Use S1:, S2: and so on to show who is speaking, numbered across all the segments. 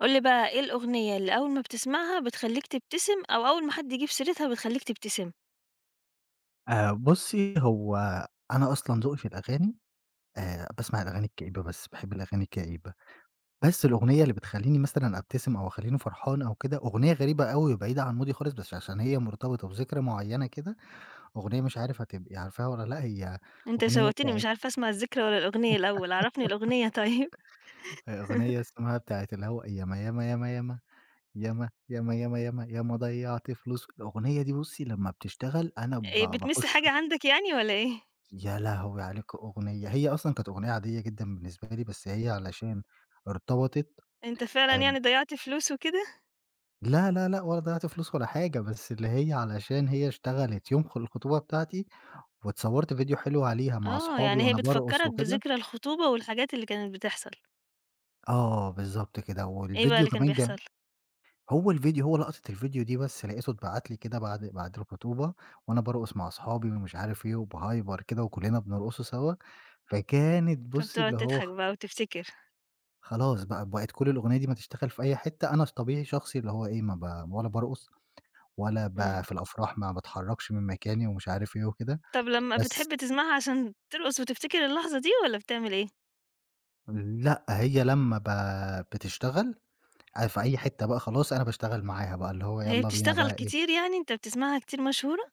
S1: قُل لي بقى إيه الأغنية اللي أول ما بتسمعها بتخلّيك تبتسم، أو أول ما حد يجيب سيرتها بتخلّيك تبتسم؟
S2: بُصّي، هو أنا أصلًا ذوقي في الأغاني. باسمع الأغاني الكئيبة بس، باحب الأغاني الكئيبة، بس الأغنية اللي بتخلّيني مثلًا أبتسم أو أخلّيني فرحان أو كده، أغنية غريبة أوي وبعيدة عن مودي خالص، بس عشان هي مرتبطة بذكرى معيّنة كده. أغنية مش عارف هتبقي عارفاها والّا لأ، هي
S1: أنت
S2: أغنية
S1: شوّقتني
S2: بتاعة
S1: مش عارفة أسمع الذكرى والّا الأغنية الأول، عرّفني الأغنية طيب.
S2: أغنية اسمها بتاعة اللي هو ياما، ياما، ياما، ياما، ياما، ياما، ياما، ياما، ياما ضيّعت فلوس. الأغنية دي بُصّي لمّا بتشتغل أنا
S1: بتمِس
S2: باخُش.
S1: حاجة عندك يعني والّا إيه؟
S2: يا لهوي عليكِ أغنية! هي أصلًا كانت أغنية عادية جدًا بالنسبة لي، بس هي علشان ارتبطت.
S1: أنت فعلًا
S2: آآ
S1: يعني ضيّعت فلوس وكده؟
S2: لا، لا، لأ ولا ضيّعت فلوس ولا حاجة، بس اللي هي علشان هي اشتغلت يوم الخطوبة بتاعتي، واتصوّرت فيديو حلو عليها مع
S1: آه،
S2: أصحابي
S1: يعني هي
S2: وأنا بارقص
S1: بتفكّرك
S2: وكده.
S1: بذكرى الخطوبة والحاجات اللي كانت بتحصل.
S2: آه، بالضبط كده،
S1: إيه بقى
S2: والفيديو
S1: اللي كان
S2: كمان
S1: بيحصل؟
S2: هو لقطة الفيديو دي بس لقيته اتبعت لي كده بعد الخطوبة، وأنا بارقص مع أصحابي ومش عارف إيه وبهايبر كده وكلّنا بنرقصه سوا. فكانت بُصّي
S1: فبتقعد
S2: اللي هو
S1: تضحك بقى وتفتكر.
S2: خلاص بقى بقت كل الأغنية دي ما تشتغل في أي حتة. أنا طبيعي شخصي اللي هو إيه، ما ب ولا بارقص ولا ب
S1: إمم.
S2: في الأفراح ما باتحرّكش من مكاني ومش عارف إيه وكده.
S1: طب لمّا
S2: بس
S1: بتحب تسمعها عشان ترقص وتفتكر اللحظة دي والّا بتعمل إيه؟
S2: لأ، هي لمّا بتشتغل في أي حتة بقى خلاص أنا باشتغل معاها بقى، اللي هو
S1: هي
S2: يالّا بينا
S1: بتشتغل
S2: بقى إيه.
S1: كتير يعني، أنت بتسمعها كتير مشهورة؟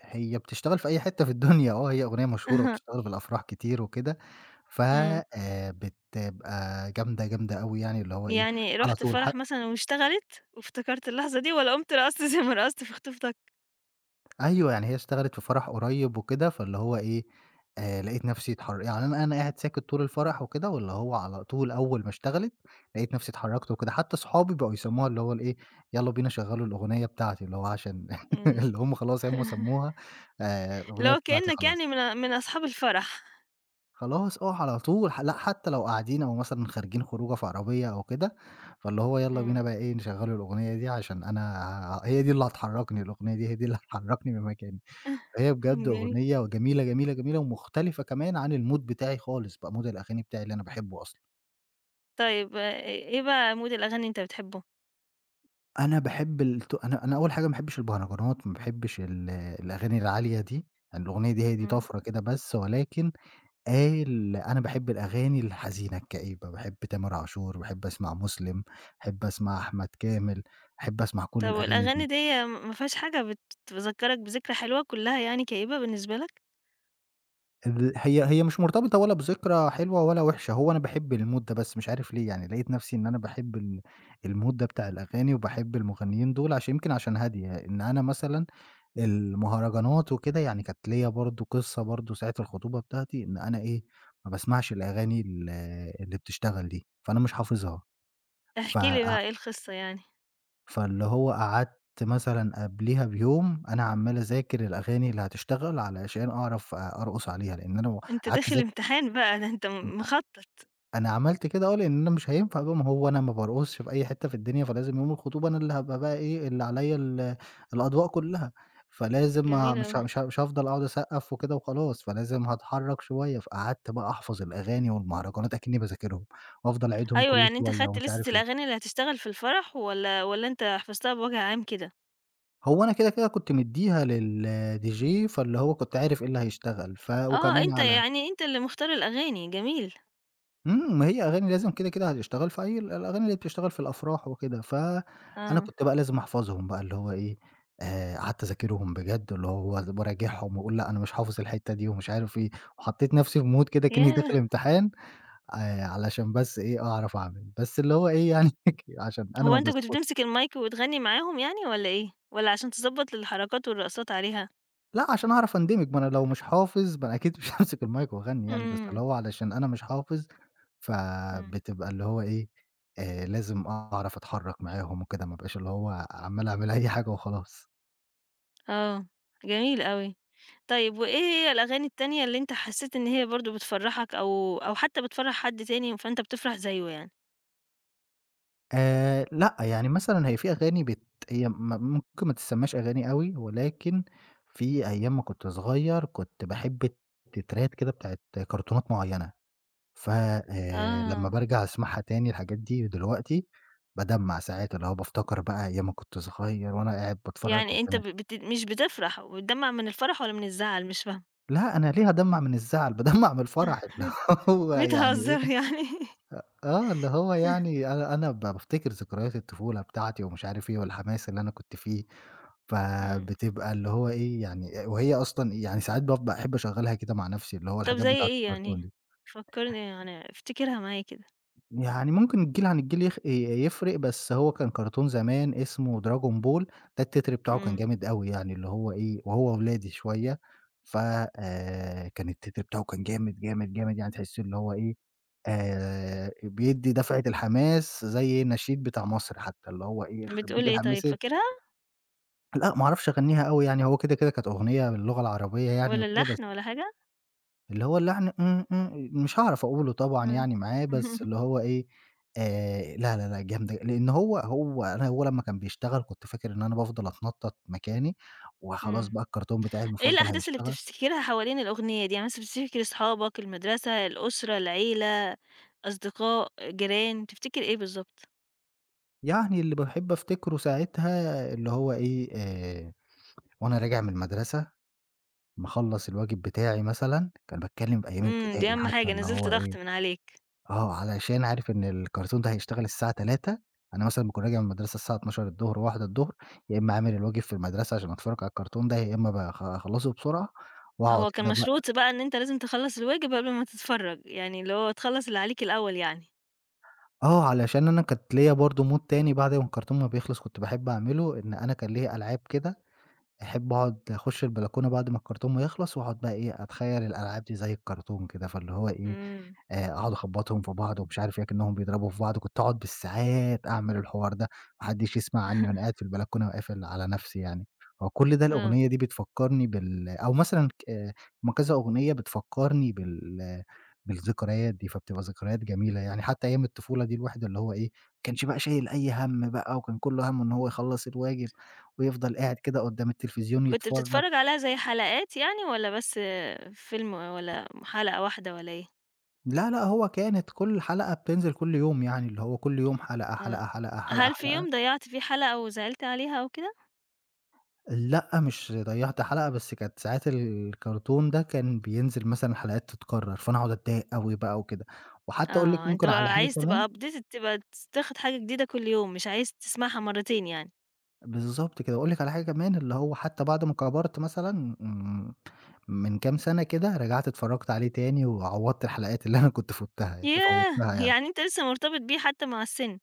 S2: هي بتشتغل في أي حتة في الدنيا، آه. هي أغنية مشهورة
S1: أها.
S2: وبتشتغل في الأفراح كتير وكده، ف
S1: إمم.
S2: بتبقى جامدة، جامدة أوي يعني اللي هو إيه.
S1: يعني
S2: على
S1: رُحت
S2: طول.
S1: فرح مثلًا واشتغلت وافتكرت اللحظة دي والّا قُمت رقصت زي ما رقصت في خطوبتك؟
S2: أيوه، يعني هي اشتغلت في فرح قريب وكده، فاللي هو إيه. لقيت نَفْسي يعني أنا قاعد ساكت طول الفرح وكده، واللي هو على طول أول ما اشتغلت، لقيت نَفْسي اتحرّكت وكده، حتّى صحابي بقوا يسمّوها اللي هو الإيه، يالّا بينا شغّلوا الأغنية بتاعتي، اللي هو عشان
S1: إمم.
S2: اللي هم خلاص هم سمّوها
S1: اللي
S2: الأغنية
S1: هو
S2: بتاعتي
S1: كإنّك
S2: خلاص.
S1: يعني من أصحاب الفرح.
S2: خلاص آه، على طول، لأ حتّى لو قاعدين أو مثلًا خارجين خروجة في عربية أو كده، فاللي هو يالّا
S1: إمم.
S2: بينا بقى إيه، نشغّلوا الأغنية دي عشان أنا هي دي اللي هتحرّكني، الأغنية دي هي دي اللي هتحرّكني من مكاني. هي بجد
S1: جميل.
S2: أغنية جميلة، جميلة، جميلة ومختلفة كمان عن الmood بتاعي خالص بقى، mood الأغاني بتاعي اللي أنا باحبه أصلًا.
S1: طيب إيه بقى مود الأغاني اللي أنت بتحبه؟
S2: أنا أول حاجة ما باحبش المهرجانات، ما باحبش الأغاني العالية دي، الأغنية دي هي دي
S1: إمم.
S2: طفرة كده بس، ولكن أنا باحب الأغاني الحزينة الكئيبة، باحب تامر عاشور، باحب أسمع مسلم، باحب أسمع أحمد كامل، باحب أسمع كل
S1: طب
S2: الأغاني
S1: والأغاني
S2: دي.
S1: ديّة ما فيهاش حاجة بتذكّرك بذكرى حلوة كُلّها يعني كئيبة بالنسبة لك؟
S2: هي مش مرتبطة ولا بذكرى حلوة ولا وحشة، هو أنا باحب الmood ده بس مش عارف ليه، يعني لقيت نفسي إن أنا باحب الmood ده بتاع الأغاني وباحب المغنيين دول عشان يمكن عشان هادية، إن أنا مثلًا المهرجانات وكده يعني كانت ليّا برضه قصة برضه ساعة الخطوبة بتاعتي، إن أنا إيه، ما باسمعش الأغاني اللي بتشتغل دي، فأنا مش حافظها.
S1: احكِ لي
S2: فقع
S1: بقى إيه القصّة يعني؟
S2: فاللي هو قعدت مثلًا قبليها بيوم أنا عمّال أذاكر الأغاني اللي هتشتغل علشان أعرف أرقص عليها، لإن أنا
S1: أنت
S2: قعدت
S1: داخل
S2: أذاكر
S1: امتحان بقى، ده أنت مخطّط.
S2: أنا عملت كده آه، لإن أنا مش هينفع بقى ما هو أنا ما بارقصش في أي حتة في الدنيا، فلازم يوم الخطوبة أنا اللي هابقى بقى إيه، اللي عليّا الأضواء كلّها، فلازم ه
S1: جميل
S2: مش
S1: أوي.
S2: ه مش ه مش هافضل أقعد أسقّف وكده وخلاص، فلازم هاتحرّك شوية، فقعدت بقى أحفظ الأغاني والمهرجانات أكنّي باذاكرهم، وأفضل أعيدهم
S1: أيوه،
S2: كل
S1: يعني أنت
S2: شوية
S1: خدت
S2: ومش
S1: لِستة
S2: عارف إيه.
S1: الأغاني اللي هتشتغل في الفرح والّا أنت حفظتها بوجه عام كده؟
S2: هو أنا كده، كده كنت مدّيها للDJ فاللي هو كنت عارف إيه اللي هيشتغل، ف
S1: آه،
S2: وكمان
S1: أنت
S2: على
S1: يعني أنت اللي مختار الأغاني، جميل،
S2: إمم، ما هي أغاني لازم كده، كده هتشتغل في أي الأغاني اللي بتشتغل في الأفراح وكده، فأنا
S1: آه،
S2: كنت بقى لازم أحفظهم بقى اللي هو إيه، قعدت أذاكرهم بجد اللي هو باراجعهم وأقول لأ أنا مش حافظ الحتّة دي ومش عارف إيه، وحطيت نَفْسي في mood كده كإنّي داخل
S1: ياه!
S2: امتحان. علشان بس إيه، أعرف أعمل، بس اللي هو إيه يعني عشان أنا
S1: هو
S2: ما
S1: أنت كنت
S2: باسكت.
S1: بتمسك المايك وتغني معاهم يعني والّا إيه؟ والّا عشان تضبّط الحركات والرقصات عليها؟
S2: لأ عشان أعرف أندمج، ما أنا لو مش حافظ ما أنا أكيد مش هامسك المايك وأغني يعني، بس اللي
S1: إمم،
S2: هو علشان أنا مش حافظ
S1: إمم،
S2: فبتبقى اللي هو إيه، لازم أعرف أتحرّك معاهم وكده، ما أبقاش اللي هو عمّال أعمل أي حاجة وخلاص.
S1: آه، جميل أوي. طيب وإيه هي الأغاني التانية اللي أنت حسّيت إن هي برضه بتفرّحك أو حتى بتفرّح حد تاني فأنت بتفرح زيّه يعني؟
S2: لأ، يعني مثلًا هي في أغاني هي ما ممكن ما تتسمّاش أغاني أوي، ولكن في أيام ما كنت صغير كنت باحب التترات كده بتاعة كرتونات معيّنة، ف لمّا
S1: آه،
S2: بارجع أسمعها تاني الحاجات دي دلوقتي بادمّع ساعات، اللي هو بافتكر بقى أيام ما كنت صغير وأنا قاعد باتفرّج
S1: يعني أنت
S2: قدّام.
S1: ب بت مش بتفرح وبتدمّع من الفرح والّا من الزعل؟ مش فاهمة.
S2: لأ، أنا ليه هادمّع من الزعل، بادمّع من الفرح اللي هو يعني إيه.
S1: بتهزر يعني؟
S2: آه، اللي هو يعني أنا بافتكر ذكريات الطفولة بتاعتي ومش عارف إيه والحماس اللي أنا كنت فيه،
S1: إمم.
S2: فبتبقى اللي هو إيه، يعني وهي أصلًا يعني ساعات باحب أشغّلها كده مع نَفْسي اللي هو
S1: طب
S2: الحاجات
S1: زي
S2: بتاعة
S1: إيه
S2: الكرتون
S1: يعني؟
S2: دي.
S1: فكّرني يعني افتكرها معايا كده.
S2: يعني ممكن الجيل عن الجيل يخ ي يفرق، بس هو كان كرتون زمان اسمه دراجون بول، ده التتر بتاعه كان
S1: إمم.
S2: جامد أوي يعني اللي هو إيه، وهو ولادي شوية، ف كان التتر بتاعه كان جامد، جامد، جامد يعني تحسّيه اللي هو إيه، بيدّي دفعة الحماس زي النشيد بتاع مصر حتى، اللي هو إيه يخرب بيت
S1: بتقول إيه
S2: الحماس
S1: طيب فاكرها
S2: لأ ما أعرفش أغنّيها أوي يعني، هو كده كانت أغنية باللغة العربية يعني
S1: ولا
S2: وكده بس
S1: اللحن ولا حاجة؟
S2: اللي هو اللحن إمم، إمم، مش هاعرف أقوله طبعًا
S1: آه.
S2: يعني معاه، بس اللي هو إيه، لا، لا، لأ جامدة لإن هو لمّا كان بيشتغل كنت فاكر إن أنا بافضل أتنطّط مكاني، وخلاص
S1: إمم.
S2: بقى الكرتون بتاعي
S1: إيه
S2: المفضل
S1: الأحداث اللي
S2: هيشتغل.
S1: بتفتكرها حوالين الأغنية دي؟ يعني مثلًا بتفتكر أصحابك، المدرسة، الأسرة، العيلة، أصدقاء، جيران، تفتكر إيه بالضبط؟
S2: يعني اللي باحب أفتكره ساعتها اللي هو إيه، وأنا راجع من المدرسة، مخلّص الواجب بتاعي مثلًا، كان باتكلم في أيام
S1: إمم، دي
S2: ابتدائي
S1: أهم
S2: حتى
S1: حاجة،
S2: اللي
S1: نزِّلت
S2: هو إيه.
S1: ضغط من عليك.
S2: آه، علشان عارف إن الكرتون ده هيشتغل الساعة 15:00. أنا مثلًا باكون راجع من المدرسة الساعة 12:00، 13:00، يا إمّا عامل الواجب في المدرسة عشان أتفرّج على الكرتون ده، يا إمّا أخلّصه بسرعة وأقعد
S1: هو كان
S2: كده بقى.
S1: مشروط بقى إن أنت لازم تخلّص الواجب قبل ما تتفرّج، يعني اللي هو تخلّص اللي عليك الأول يعني.
S2: آه، علشان أنا كانت ليّا برضه mood تاني بعد ما الكرتون ما بيخلص كنت باحب أعمله، إن أنا كان ليّا ألعاب كده أحب أقعد أخش البلكونة بعد ما الكرتون ما يخلص، وأقعد بقى إيه، أتخيّل الألعاب دي زي الكرتون كده، فاللي هو إيه،
S1: إمم.
S2: أقعد أخبّطهم في بعض ومش عارف إيه، أكنّهم بيضربوا في بعض، كنت أقعد بالساعات أعمل الحوار ده، ما حدّش يسمع عنّي وأنا قاعد في البلكونة وقافل على نَفْسي يعني. فكل ده
S1: آه.
S2: الأغنية دي بتفكّرني بال أو مثلًا ك هُم كذا أغنية بتفكّرني بالذكريات دي، فبتبقى ذكريات جميلة يعني، حتّى أيام الطفولة دي الواحد اللي هو إيه، ما كانش بقى شايل أي هَم بقى وكان كُلّه هَمّه إن هو يخلّص الواجب. ويفضل قاعد كده قدّام التلفزيون
S1: كنت
S2: يتفرّج.
S1: بتتفرّج عليها زي حلقات يعني والّا بس فيلم والّا حلقة واحدة والّا إيه؟
S2: لا، لأ، هو كانت كل حلقة بتنزل كل يوم يعني، اللي هو كل يوم حلقة،
S1: آه.
S2: حلقة، حلقة، حلقة،
S1: هل في
S2: حلقة.
S1: يوم ضيّعت فيه حلقة وزعلت عليها أو كده؟
S2: لأ، مش ضيّعت حلقة، بس كانت ساعات الكرتون ده كان بينزل مثلًا حلقات تتكرّر، فأنا أقعد أتضايق أوي بقى وكده. وحتّى أقول لِك
S1: آه، أنت
S2: ممكن على
S1: بقى
S2: حاجة
S1: عايز
S2: كمان.
S1: تبقى updated تبقى تاخد حاجة جديدة كل يوم، مش عايز تسمعها مرّتين يعني.
S2: بالضبط كده، أقول لِك على حاجة كمان، اللي هو حتّى بعد ما كبرت مثلًا إمم، من كام سَنة كده، رجعت اتفرّجت عليه تاني وعوّضت الحلقات اللي أنا كنت فوّتها
S1: ياه!
S2: يعني.
S1: يعني أنت لسه مرتبط بيه حتى مع السن.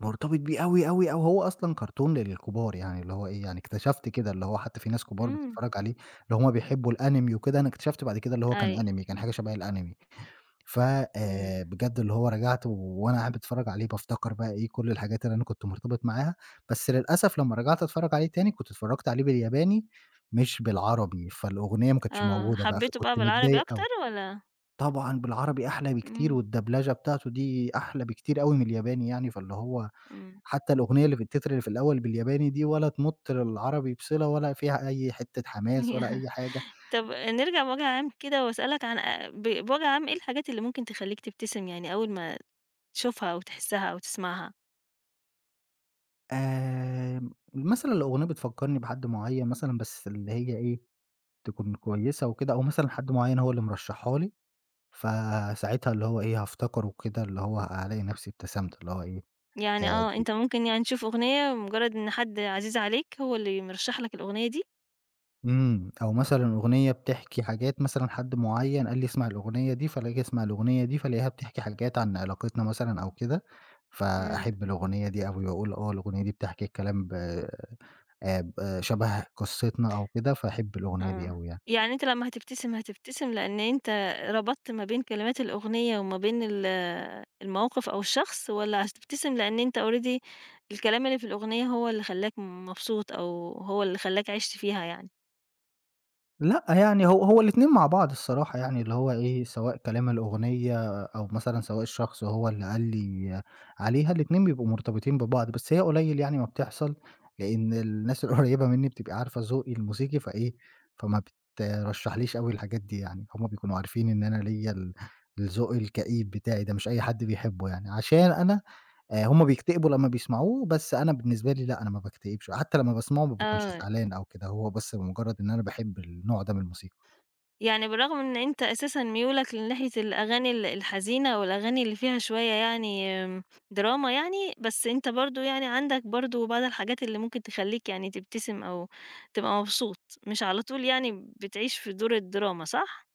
S2: مرتبط بيه أوي، أوي، أوي، هو أصلًا كرتون للكبار يعني اللي هو إيه، يعني اكتشفت كده اللي هو حتى في ناس كبار
S1: إمم.
S2: بتتفرّج عليه، اللي هُم بيحبّوا الأنمي وكده، أنا اكتشفت بعد كده اللي هو كان
S1: أيوه.
S2: أنمي، كان حاجة شبه الأنمي، ف
S1: إمم.
S2: بجد اللي هو رجعت وأنا قاعد باتفرّج عليه بافتكر بقى إيه، كل الحاجات اللي أنا كنت مرتبط معاها، بس للأسف لمّا رجعت أتفرّج عليه تاني كنت اتفرّجت عليه بالياباني مش بالعربي، فالأغنية ما كانتش
S1: آه.
S2: موجودة بقى،
S1: حبّيته بقى
S2: فكنت
S1: بالعربي
S2: متضايق
S1: أكتر
S2: أوي.
S1: والّا
S2: طبعًا بالعربي أحلى بكتير
S1: إمم،
S2: والدبلجة بتاعته دي أحلى بكتير أوي من الياباني يعني، فاللي هو
S1: إمم.
S2: حتى الأغنية اللي في التتر اللي في الأول بالياباني دي ولا تمُط للعربي بصلة ولا فيها أي حتّة حماس ولا أي حاجة.
S1: طب نرجع بوجه عام كده وأسألك عن أ ب بوجه عام إيه الحاجات اللي ممكن تخلّيك تبتسم يعني أول ما تشوفها أو تحسّها أو تسمعها.
S2: مثلًا الأغنية بتفكّرني بحد معيّن مثلًا بس اللي هي إيه، تكون كويسة وكده أو مثلًا حد معيّن هو اللي مرشّحها لي، فساعتها اللي هو إيه، هافتكره كده اللي هو هالاقي نفسي ابتسمت، اللي هو إيه.
S1: يعني
S2: آآ
S1: آه، أنت ممكن يعني تشوف أغنية مجرّد إن حد عزيز عليك هو اللي مرشّح لك الأغنية دي؟
S2: إمم، أو مثلًا أغنية بتحكي حاجات مثلًا حد معيّن قال لي اسمع الأغنية دي، فالآجي أسمع الأغنية دي، فالاقيها بتحكي حاجات عن علاقتنا مثلًا أو كده،
S1: إمم،
S2: فأحب الأغنية دي أوي وأقول آه، الأغنية دي بتحكي الكلام ب ب آه، شبه قصتنا أو كده، فاحب الأغنية دي
S1: آه،
S2: أوي يعني.
S1: يعني أنت لمّا هتبتسم هتبتسم لإن أنت ربطت ما بين كلمات الأغنية وما بين الموقف أو الشخص، والّا هتبتسم لإن أنت already الكلام اللي في الأغنية هو اللي خلّاك مبسوط أو هو اللي خلّاك عِشت فيها يعني؟
S2: لأ، يعني هو الاتنين مع بعض الصراحة يعني، اللي هو إيه، سواء كلام الأغنية أو مثلًا سواء الشخص هو اللي قال لي عليها، الاتنين بيبقوا مرتبطين ببعض، بس هي قليل يعني ما بتحصل، لإن الناس القريبة منّي بتبقى عارفة ذوقي الموسيقي فإيه، فما بترشّحليش أوي الحاجات دي يعني، هم بيكونوا عارفين إن أنا ليّا الذوق الكئيب بتاعي ده، مش أي حد بيحبه يعني، عشان أنا هُم بيكتئبوا لمّا بيسمعوه، بس أنا بالنسبة لي لأ، أنا ما باكتئبش، حتى لمّا باسمعه ما باكونش
S1: آه.
S2: زعلان أو كده، هو بس بمجرد إن أنا باحب النوع ده من الموسيقى.
S1: يعني بالرغم إن أنت أساسًا ميولك لناحية الأغاني الحزينة والأغاني اللي فيها شوية يعني دراما يعني، بس أنت برضه يعني عندك برضه بعض الحاجات اللي ممكن تخلّيك يعني تبتسم أو تبقى مبسوط، مش على طول يعني بتعيش في دور الدراما صح؟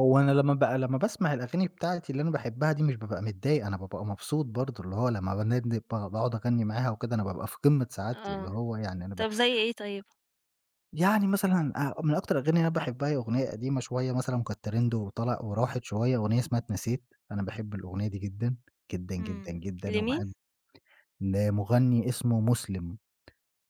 S2: هو أنا لمّا باسمع الأغاني بتاعتي اللي أنا باحبها دي مش بابقى متضايق، أنا بابقى مبسوط برضه، اللي هو لمّا باندب باقعد أغني معاها وكده، أنا بابقى في قمة سعادتي، اللي
S1: آه،
S2: هو يعني أنا ب
S1: طب زي إيه طيب؟
S2: يعني مثلًا من أكتر الأغاني اللي أنا باحبها هي أغنية قديمة شوية مثلًا وكانت ترند وطلع وراحت شوية، أغنية اسمها اتنسيت، أنا باحب الأغنية دي جدًا، جدًا، جدًا،
S1: إمم،
S2: جدًا،
S1: لمين؟
S2: وباحب لمغني اسمه مسلم.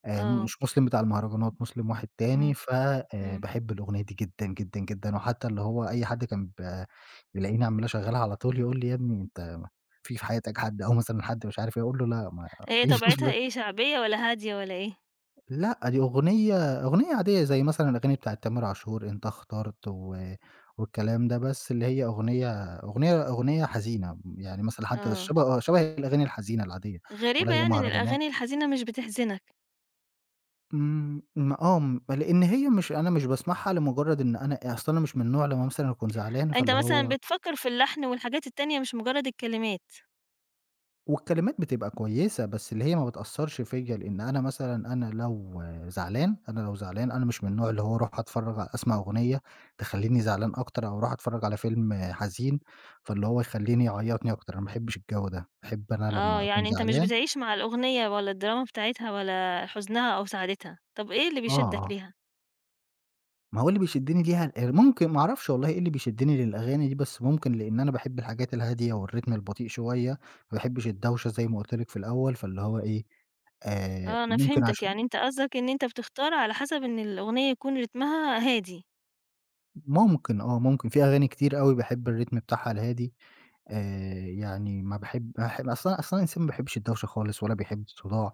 S1: آه،
S2: مش مسلم بتاع المهرجانات، مسلم واحد تاني،
S1: إمم،
S2: ف
S1: إمم،
S2: باحب الأغنية دي جدًا، جدًا، جدًا، وحتى اللي هو أي حد كان ب بيلاقيني عمّال أشغّلها على طول يقول لي: "يا ابني أنت في حياتك حد؟" أو مثلًا حد مش عارف إيه، أقول له: "لأ ما
S1: هي
S2: فيش."
S1: طبيعتها إيه شعبية والّا هادية والّا إيه؟
S2: لأ، دي أغنية عادية زي مثلًا الأغاني بتاعة تامر عاشور، أنت اخترت والكلام ده، بس اللي هي أغنية حزينة، يعني مثلًا حتى
S1: آه،
S2: شبه الأغاني الحزينة العادية، ولا
S1: غريبة
S2: هي
S1: يعني إن
S2: مهرجانات.
S1: الأغاني الحزينة مش بتحزنك.
S2: إمم، م آه، م لإن هي مش باسمعها لمجرد إن أنا مش من النوع لمّا مثلًا أكون زعلان
S1: أنت
S2: فاللي
S1: مثلًا
S2: هو
S1: بتفكّر في اللحن والحاجات التانية مش مجرد الكلمات.
S2: والكلمات بتبقى كويسة، بس اللي هي ما بتأثّرش فيّا، لإن أنا مثلًا أنا لو زعلان أنا مش من النوع اللي هو أروح أتفرّج ع أسمع أغنية تخلّيني زعلان أكتر، أو أروح أتفرّج على فيلم حزين فاللي هو يعيّطني أكتر، أنا ما باحبش الجو ده، باحب أنا
S1: آه،
S2: لمّا أكون
S1: يعني أنت مش
S2: زعلان.
S1: بتعيش مع الأغنية ولا الدراما بتاعتها ولا حزنها أو سعادتها، طب إيه اللي
S2: آه،
S1: بيشدك
S2: آه.
S1: ليها؟
S2: ما هو اللي بيشدّني ليها ممكن ما أعرفش والله إيه اللي بيشدّني للأغاني دي، بس ممكن لإن أنا باحب الحاجات الهادية والريتم البطيء شوية، ما باحبش الدوشة زي ما قُلت لِك في الأول، فاللي هو إيه،
S1: آه، أنا
S2: ممكن
S1: فهمتك،
S2: عشان
S1: يعني أنت قصدك إن أنت بتختار على حسب إن الأغنية يكون رتمها هادي.
S2: ممكن، آه، ممكن في أغاني كتير أوي باحب الريتم بتاعها الهادي، يعني ما باحب باح أصل أنا أصل أنا إنسان ما باحبش الدوشة خالص ولا بيحب الصداع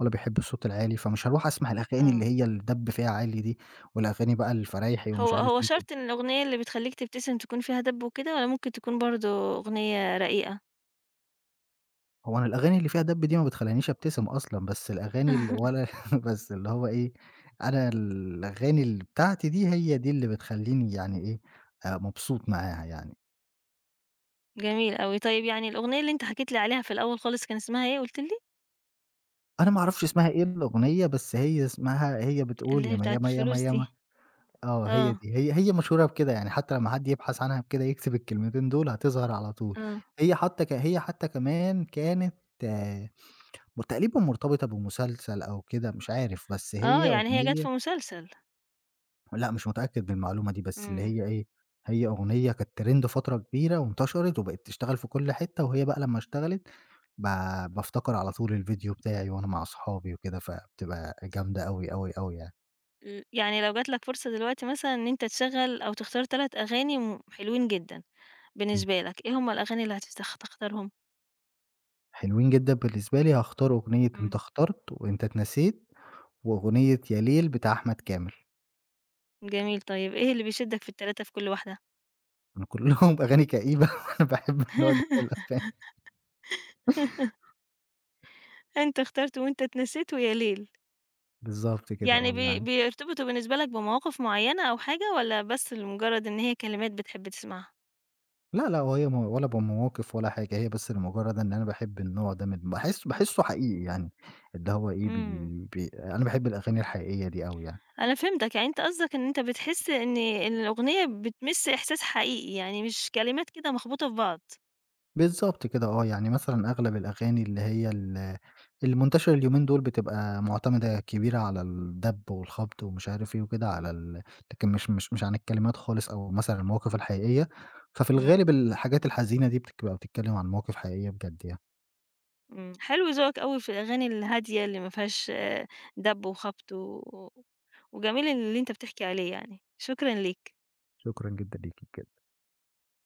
S2: ولا بيحب الصوت العالي، فمش هاروح أسمع الأغاني اللي
S1: آه،
S2: هي الدَب فيها عالي دي، والأغاني بقى الفرايحي ومش
S1: هو
S2: عارف
S1: هو
S2: إيه وكده.
S1: شرط إن الأغنية اللي بتخلّيك تبتسم تكون فيها دَب وكده والّا ممكن تكون برضه أغنية رقيقة؟
S2: أنا الأغاني اللي فيها دَب دي ما بتخلّينيش أبتسم أصلًا، بس الأغاني ال ولا بس اللي هو إيه، أنا الأغاني بتاعتي دي هي دي اللي بتخلّيني يعني إيه، مبسوط معاها يعني.
S1: جميل أوي، طيب يعني الأغنية اللي أنت حكيت لي عليها في الأول خالص كان اسمها إيه قُلت لي؟
S2: أنا ما أعرفش اسمها إيه الأغنية، بس هي بتقول
S1: اللي هي
S2: ياما،
S1: بتاعة
S2: ياما، ياما،
S1: الفلوس دي.
S2: ياما. آه، هي
S1: آه،
S2: دي. هي مشهورة بكده، يعني حتى لمّا حد يبحث عنها بكده يكتب الكلمتين دول هتظهر على طول.
S1: آه،
S2: هي حتى كمان كانت تقريبًا مرتبطة بمسلسل أو كده مش عارف، بس
S1: آه،
S2: هي
S1: يعني هي جات
S2: أغنية،
S1: في مسلسل.
S2: لأ، مش متأكد من المعلومة دي، بس اللي
S1: إمم.
S2: هي إيه، هي أغنية كانت ترند فترة كبيرة وانتشرت وبقت تشتغل في كل حتة، وهي بقى لمّا اشتغلت ب بافتكر على طول الفيديو بتاعي وأنا مع أصحابي وكده، فبتبقى جامدة أوي، أوي، أوي يعني.
S1: يعني لو جات لك فرصة دلوقتي مثلًا إن أنت تشغّل أو تختار 3 أغاني حلوين جدًا
S2: إمم.
S1: بالنسبة لك، إيه هم الأغاني اللي تختارهم؟
S2: حلوين جدًا بالنسبة لي، هاختار أغنية أنت
S1: إمم.
S2: اخترت، وأنت اتنسيت، وأغنية يا ليل بتاع أحمد كامل،
S1: جميل طيب إيه اللي بيشدك في ال3 في كل واحدة؟
S2: أنا كلّهم أغاني كئيبة وأنا باحب النوع ده من الأغاني.
S1: أنت اخترت وأنت اتنسيت ويا ليل.
S2: بالضبط كده
S1: يعني
S2: آه، يعني.
S1: بيرتبطوا بالنسبة لك بمواقف معيّنة أو حاجة والّا بس لمجرد إن هي كلمات بتحب تسمعها؟
S2: لا، لا، وهي ولا بمواقف ولا حاجة، هي بس لمجرد إن أنا باحب النوع ده من، باحسه حقيقي يعني، اللي هو إيه،
S1: إمم،
S2: بي بي أنا باحب الأغاني الحقيقية دي أوي يعني.
S1: أنا فهمتك، يعني أنت قصدك إن أنت بتحس إن الأغنية بتمِس إحساس حقيقي، يعني مش كلمات كده مخبوطة في بعض.
S2: بالضبط كده آه، يعني مثلًا أغلب الأغاني اللي هي المنتشرة اليومين دول بتبقى مُعتمدة كبيرة على الدَب والخبط ومش عارف إيه وكده على لكن مش عن الكلمات خالص أو مثلًا المواقف الحقيقية، ففي
S1: إمم.
S2: الغالب الحاجات الحزينة دي بتبقى بتتكلم عن مواقف حقيقية بجد يعني.
S1: إمم، حلو ذوقك أوي في الأغاني الهادية اللي ما فيهاش دَب وخبط و وجميل اللي أنت بتحكي عليه يعني، شكرًا ليك.
S2: شكرًا جدًا ليكِ.